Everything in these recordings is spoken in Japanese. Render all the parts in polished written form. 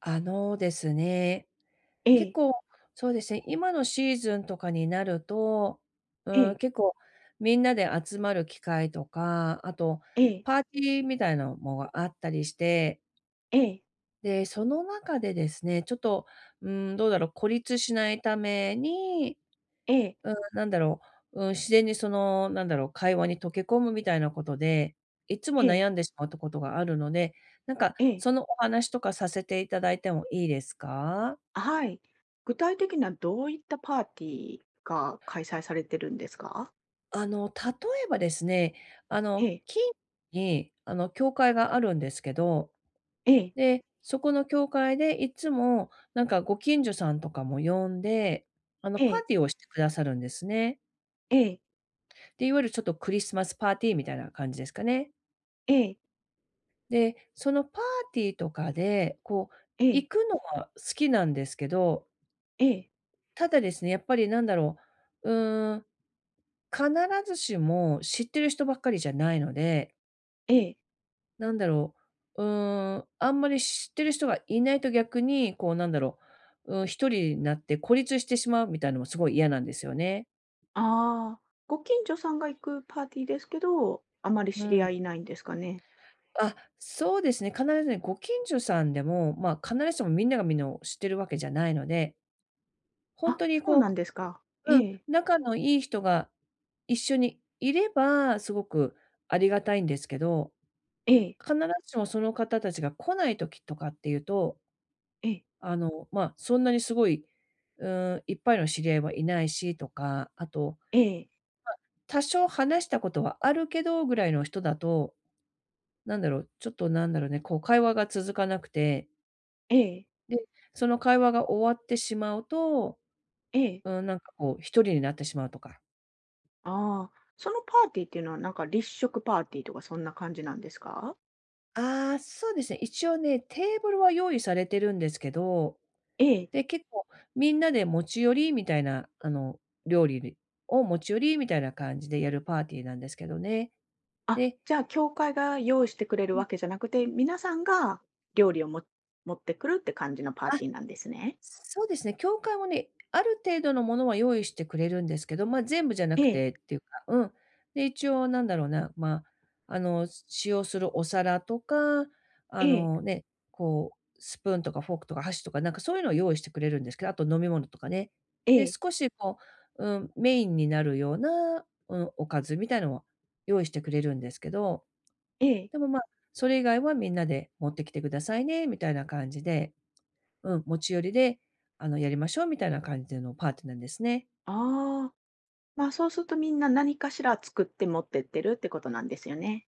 あのですね、え結え、構、そうですね、今のシーズンとかになると、えうん、え、結構みんなで集まる機会とか、あとええ、パーティーみたいなのもあったりして、ええ、で、その中でですね、ちょっと、うん、どうだろう、孤立しないために、ええ、うん、なんだろ自然にその、会話に溶け込むみたいなことで、いつもええ、悩んでしまうことがあるので、なんかええ、そのお話とかさせていただいてもいいですか？はい。具体的にはどういったパーティーが開催されてるんですか？例えばですね、ええ、近所に、教会があるんですけど、ええ、で、そこの教会でいつも、なんかご近所さんとかも呼んで、えパーえ、ティーをしてくださるんですね。ええ、で、いわゆるちょっとクリスマスパーティーみたいな感じですかね。ええ、で、そのパーティーとかで、こう、え行え、くのは好きなんですけど、ええ、ただですね、やっぱりう、うーん、必ずしも知ってる人ばっかりじゃないのでええ。なんだろあんまり知ってる人がいないと逆に、こう一人になって孤立してしまうみたいなのもすごい嫌なんですよね。ああ、ご近所さんが行くパーティーですけど、あまりう知りん。合いいないんですかね？あ、そうですね、必ずね、ご近所さんでも、ま、必ずしもみんながみんなを知ってるわけじゃないので、ほんあ、とにそうこなんですか。えう、うん、え、仲のいい人が一緒にいれば、すごくありがたいんですけど、ええ、必ずしもその方たちが来ない時とかっていうとええ、まあ、そんなにすごい、いっぱいの知り合いはいないしとか、あと、ええ、多少話したことはあるけどぐらいの人だと、なんだろう、ちょっとなんだろうね、こう会話が続かなくて、ええ、で、その会話が終わってしまうと、ええ。うん、なんかこう一人になってしまうとか。ああ、そのパーティーっていうのはなんか立食パーティーとかそんな感じなんですか？ああ、そうですね、一応ね、テーブルは用意されてるんですけど、ええ。で、結構みんなで持ち寄りみたいな、料理を持ち寄りみたいな感じでやるパーティーなんですけどね。あ、でじゃあ、教会が用意してくれるわけじゃなくて、皆さんが料理を持ってくるって感じのパーあ、ティーなんですね。そうですね。教会もね、ある程度のものは用意してくれるんですけど、まあ、全部じゃなえくえ、てっていうか、うん。で、一応なんだろうな、まあ、使用するお皿とか、あえの、え、ね、こう、スプーンとかフォークとか箸とか、なんかそういうのを用意してくれるんですけど、あと飲み物とかね。えで、え、少しこう、うん、メインになるような、うん、おかずみたいのを用意してくれるんですけど、ええ。でも、まあ、それ以外はみんなで持ってきてくださいねみたいな感じでうん、持ち寄りで、やりましょうみたいな感じでのパーティーなんですね。ああ、ま、あそうするとみんな何かしら作って持ってってるってことなんですよね。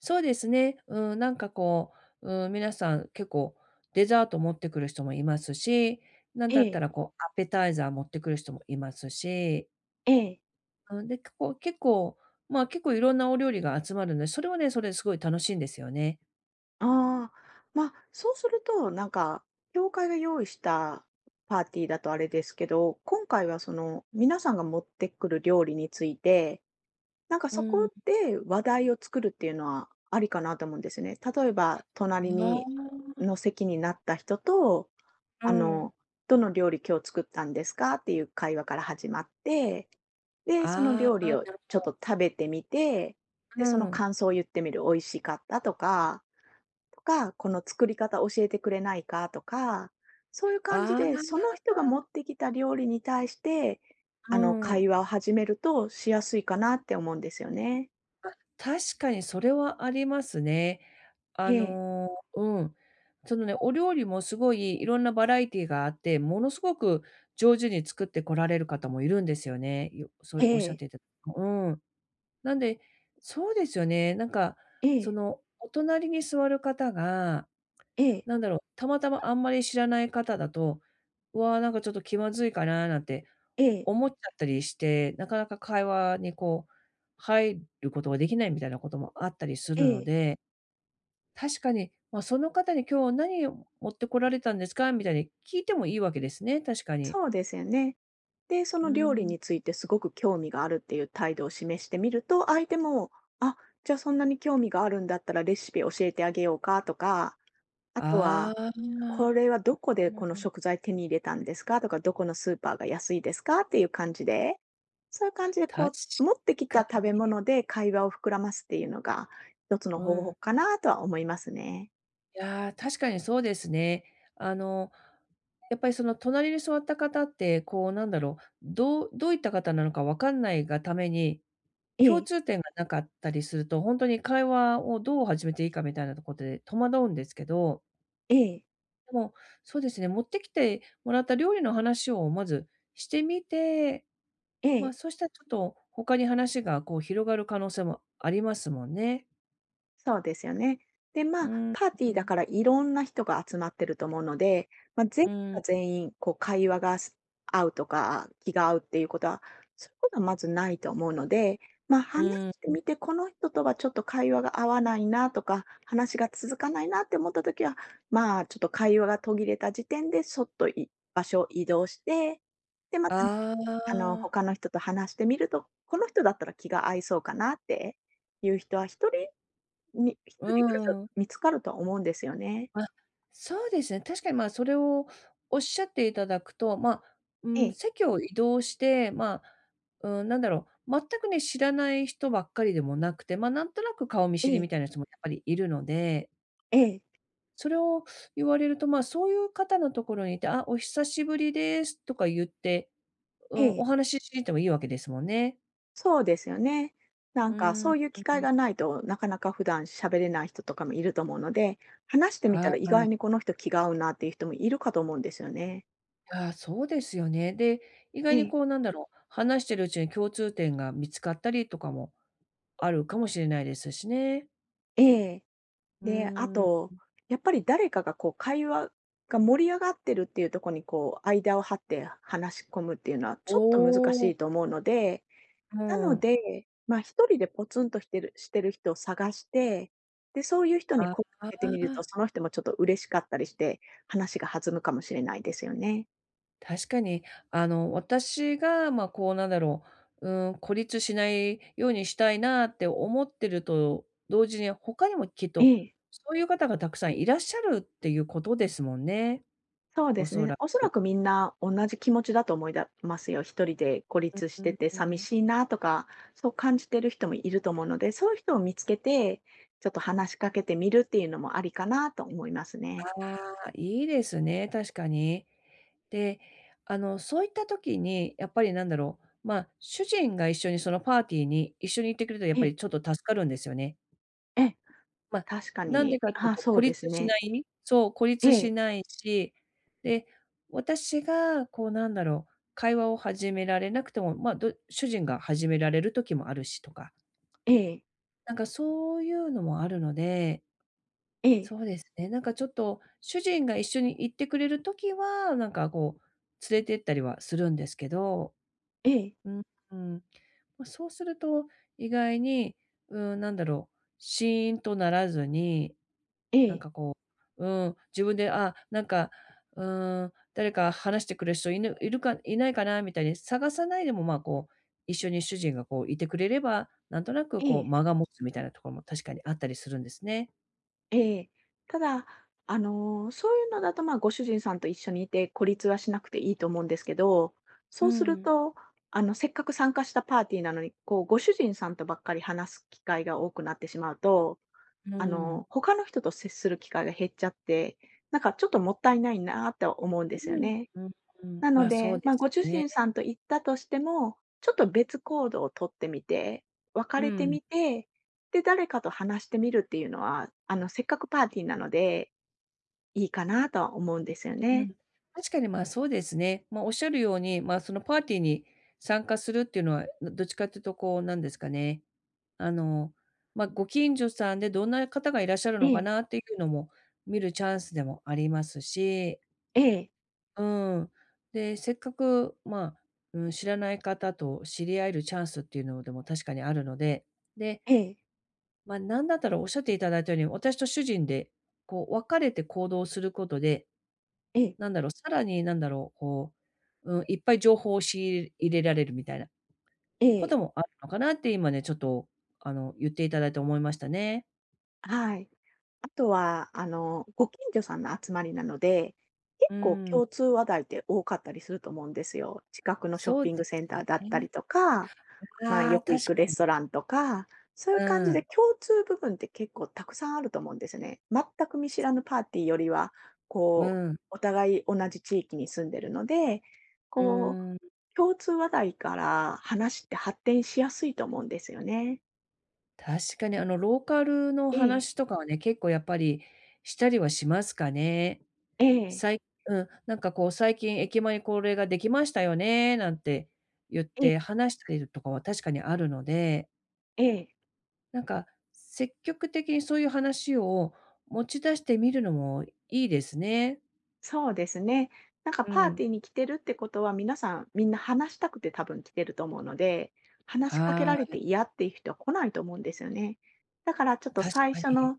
そうですね。うん、なんかこう、うん、皆さん結構デザート持ってくる人もいますし、なんえだったえ、らこう、アペタイザー持ってくる人もいますし、ええ。うん、で、結構結構、まあ結構いろんなお料理が集まるので、それはね、それですごい楽しいんですよね。ああ、ま、あそうすると、なんか、教会が用意したパーティーだとあれですけど、今回はその皆さんが持ってくる料理について、なんかうそん。こで話題を作るっていうのはありかなと思うんですね。例えば、隣ああにの席になった人と、うあん。の、どの料理今日作ったんですかっていう会話から始まって、で、そのあ料あ、理なをるちほょっと食べてみて、どうで、そのん。感想を言ってみる、美味しかったとか、とか、この作り方教えてくれないかとか、そういう感じあで、その人あ、が持ってきた料理に対して、うあの、ん。会話を始めるとしやすいかなって思うんですよね。確かにそれはありますね。えあえ、の、うん。そのね、お料理もすごいいろんなバラエティがあって、ものすごく上手に作ってこられる方もいるんですよね。よそえうおっしゃっえ、ていたうん。なんで、そうですよね。なんか、えそえ、の、お隣に座る方が、ええ、たまたまあんまり知らない方だと、うわー、なんかちょっと気まずいかなーなんてええ、思っちゃったりして、なかなか会話にこう、入ることができないみたいなこともあったりすえるのえ、で確かに、まあ、その方に今日何を持ってこられたんですか？みたいに聞いてもいいわけですね、確かに。そうですよね。で、そうの料理ん。についてすごく興味があるっていう態度を示してみると、相手も、あ、じゃあそんなに興味があるんだったらレシピ教えてあげようかとか、あとあは、こあ。れはどこでこの食材手に入れたんですかとか、どこのスーパーが安いですかっていう感じで、そういう感じで確こう、持ってきかた食に。べ物で会話を膨らますっていうのが、一つのう方法ん。かなとは思いますね。いやー、確かにそうですね。あの、やっぱりその隣に座った方って、こうどういった方なのか分かんないがために、え共え、通点がなかったりすると、本当に会話をどう始めていいかみたいなところで戸惑うんですけどええ、でも、そうですね、持ってきてもらった料理の話をまずしてみて、えまあ、え。そしたらちょっと他に話がこう広がる可能性もありますもんね。そうですよね。で、まうあ、ん、パーティーだん、からいろんな人が集まってると思うので、まあ、全員うがん、全員こう会話が合うとか、気が合うっていうことは、そういうことはまずないと思うので、まあ、う話してん。みて、この人とはちょっと会話が合わないなとか、話が続かないなって思った時は、まあ、ちょっと会話が途切れた時点でそっとい場所を移動して、で、また、ああの、他のあ、人と話してみると、この人だったら気が合いそうかなっていう人は一人み一う人暮らしだとん。見つかるとは思うんですよね。あ、そうですね。確かにまあ、それをおっしゃっていただくと、まあ、うえん、え、席を移動して、まあ、うん、全くね、知らない人ばっかりでもなくて、まあ、なんとなく顔見え知りえ、みたいな人もやっぱりいるのでええ、それを言われると、まあ、そういう方のところにいて、「あ、お久しぶりです」とか言って、うえん、おえ、話ししていてもいいわけですもんね。そうですよね。なんうかーそういうん、機会がないと、なかなか普段喋れない人とかもいると思うので、話してみたはら意外にい。この人気が合うなっていう人もいるかと思うんですよね。ああ、そうですよね。で、意え外にえ、こう話してるうちに共通点が見つかったりとかもあるかもしれないですしね。ええ。うで、あーん。と、やっぱり誰かがこう会話が盛り上がってるっていうところにこう間を張って話し込むっていうのはおちょっと難しお、いと思うのでうなのん。で、まあ、一人でポツンとしてる人を探して、で、そういう人あに声をかあ。けてみると、その人もちょっと嬉しかったりして、話が弾むかもしれないですよね。確かに、私が、まあ、こう、孤立しないようにしたいなって思ってると同時に、他にもきっえと、え、そういう方がたくさんいらっしゃるっていうことですもんね、そうでおすそね。らおそらく。くみんな同じ気持ちだと思いますよ。一人で孤立しうてんてう寂ん。しいなとか、そう感じてる人もいると思うので、そういう人を見つけて、ちょっと話しかけてみるっていうのもありかなと思いますね。ああ、いいですね、確かに。で、そういった時に、やっぱりまあ、主人が一緒にそのパーティーに一緒に行ってくれるとやっえぱえ、りちょっと助かるんですよね。ええ、ま、確かなんでに、かっていうあ、と、そうですね。孤え立しえ、ないし、で、私がこう会話を始められなくても、ま、ど主人が始められる時もあるしとか、ええ、なんかそういうのもあるので、ええ、そうですね、なんかちょっと主人が一緒に行ってくれる時は、なんかこう連れてったりはするんですけど、ええ。うん、うん。ま、そうすると、意外に、シーンとならずにえなんえ、かこう、うん、自分で、あ、なんか、うーん、誰か話してくれる人いるかいないかなみたいに探さないでも、まあ、こう、一緒に主人がこういてくれれば、なんとなくえこうえ、間が持つみたいなところも確かにあったりするんですね。ええ。ただ、あの、そういうのだと、まあ、ご主人さんと一緒にいて、孤立はしなくていいと思うんですけど、うそうするん。と、あの、せっかく参加したパーティーなのに、こう、ご主人さんとばっかり話す機会が多くなってしまうと、うあん。の、他の人と接する機会が減っちゃって、なんかちょっともったいないなと思うんですようん、ね。うん。なのまあ、そで、うでまあ、すご主ね。人さんと行ったとしても、ちょっと別行動をとってみて、別うれてん。みて、で、誰かと話してみるっていうのは、あの、せっかくパーティーなので、いいかなとは思うんですようん。ね。確かに、まあ、そうですね。まあ、おっしゃるように、まあ、そのパーティーに参加するっていうのは、どっちかっていうと、こう、なんですかね。あの、まあ、ご近所さんでどんな方がいらっしゃるえのかえ、なっていうのも見るチャンスでもありますし、ええ、うん。で、せっかく、まあ、うん、知らない方と知り合えるチャンスっていうのでも確かにあるので、で、ええ、まあ、なんだったらおっしゃっていただいたように、私と主人で、こう、分かれて行動することで、ええ、なんだろう、さらになんだろう、こう、うん、いっぱい情報を仕入れられるみたいなえこえ。ともあるのかなって今ね、ちょっと言っていただいて思いましたね。はい。あとは、あの、ご近所さんの集まりなので、結う構ん、共通話題って多かったりすると思うんですよ。近くのショッそうピングでセンすターだったりね。とか、まあ、あよあ、く行確くレかストに。ランとか、そういうう感じでん。共通部分って結構たくさんあると思うんですね。全く見知すらぬパーティーよりは、うこう、ん、お互い同じ地域に住んでるので、うこう、ーん。共通話題から話って発展しやすいと思うんですよね。確かにローカルのええ、話とかはね、結構やっぱりしたりはしますかね。ええ、さいうん、なんかこう最近駅前にこれができましたよね、なんて言っええ、て話したりとかは確かにあるのでええ。なんか、積極的にそういう話を持ち出してみるのもいいですね。そうですね。なんかうパーテん。ィーに来てるってことは、皆さんみんな話したくて多分来てると思うので、話しかけられはて嫌っていう人は来ないと思うんですよね。だからちょっい、と確最か初に。の、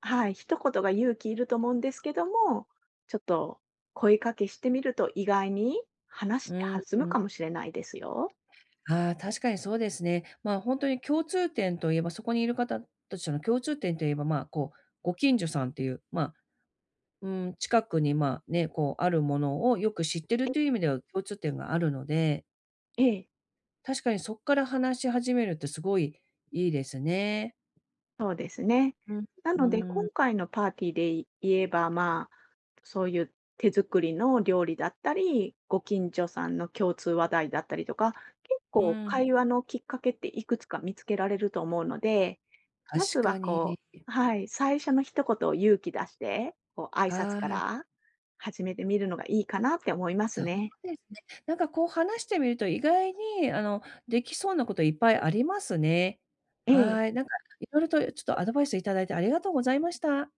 はい、一言が勇気いると思うんですけども、ちょっと声かけしてみると意外に話っうて弾むかん。もしれないですよ。ああ、確かにそうですね。まあ、ほんとに共通点といえば、そこにいる方たちの共通点といえば、まあ、こう、ご近所さんっていう、まあ、うーん、近くに、まあ、ね、こう、あるものをよく知ってるえという意味では共通点があるので、ええ、確かにそっから話し始めるってすごいいいですね。そうですね。うん。なうので、今ーん。回のパーティーで言えば、まあそういう手作りの料理だったり、ご近所さんの共通話題だったりとか、結う構ん、会話のきっかけっていくつか見つけられると思うので、まず確はかに。こう、はい、最初の一言を勇気出して、こう挨拶ああ、から始めてみるのがいいかなって思いますそうね。ですね。なんかこう話してみると、意外にできそうなこといっぱいありますね。えはい、え。なんかいろいろとちょっとアドバイスいただいてありがとうございました。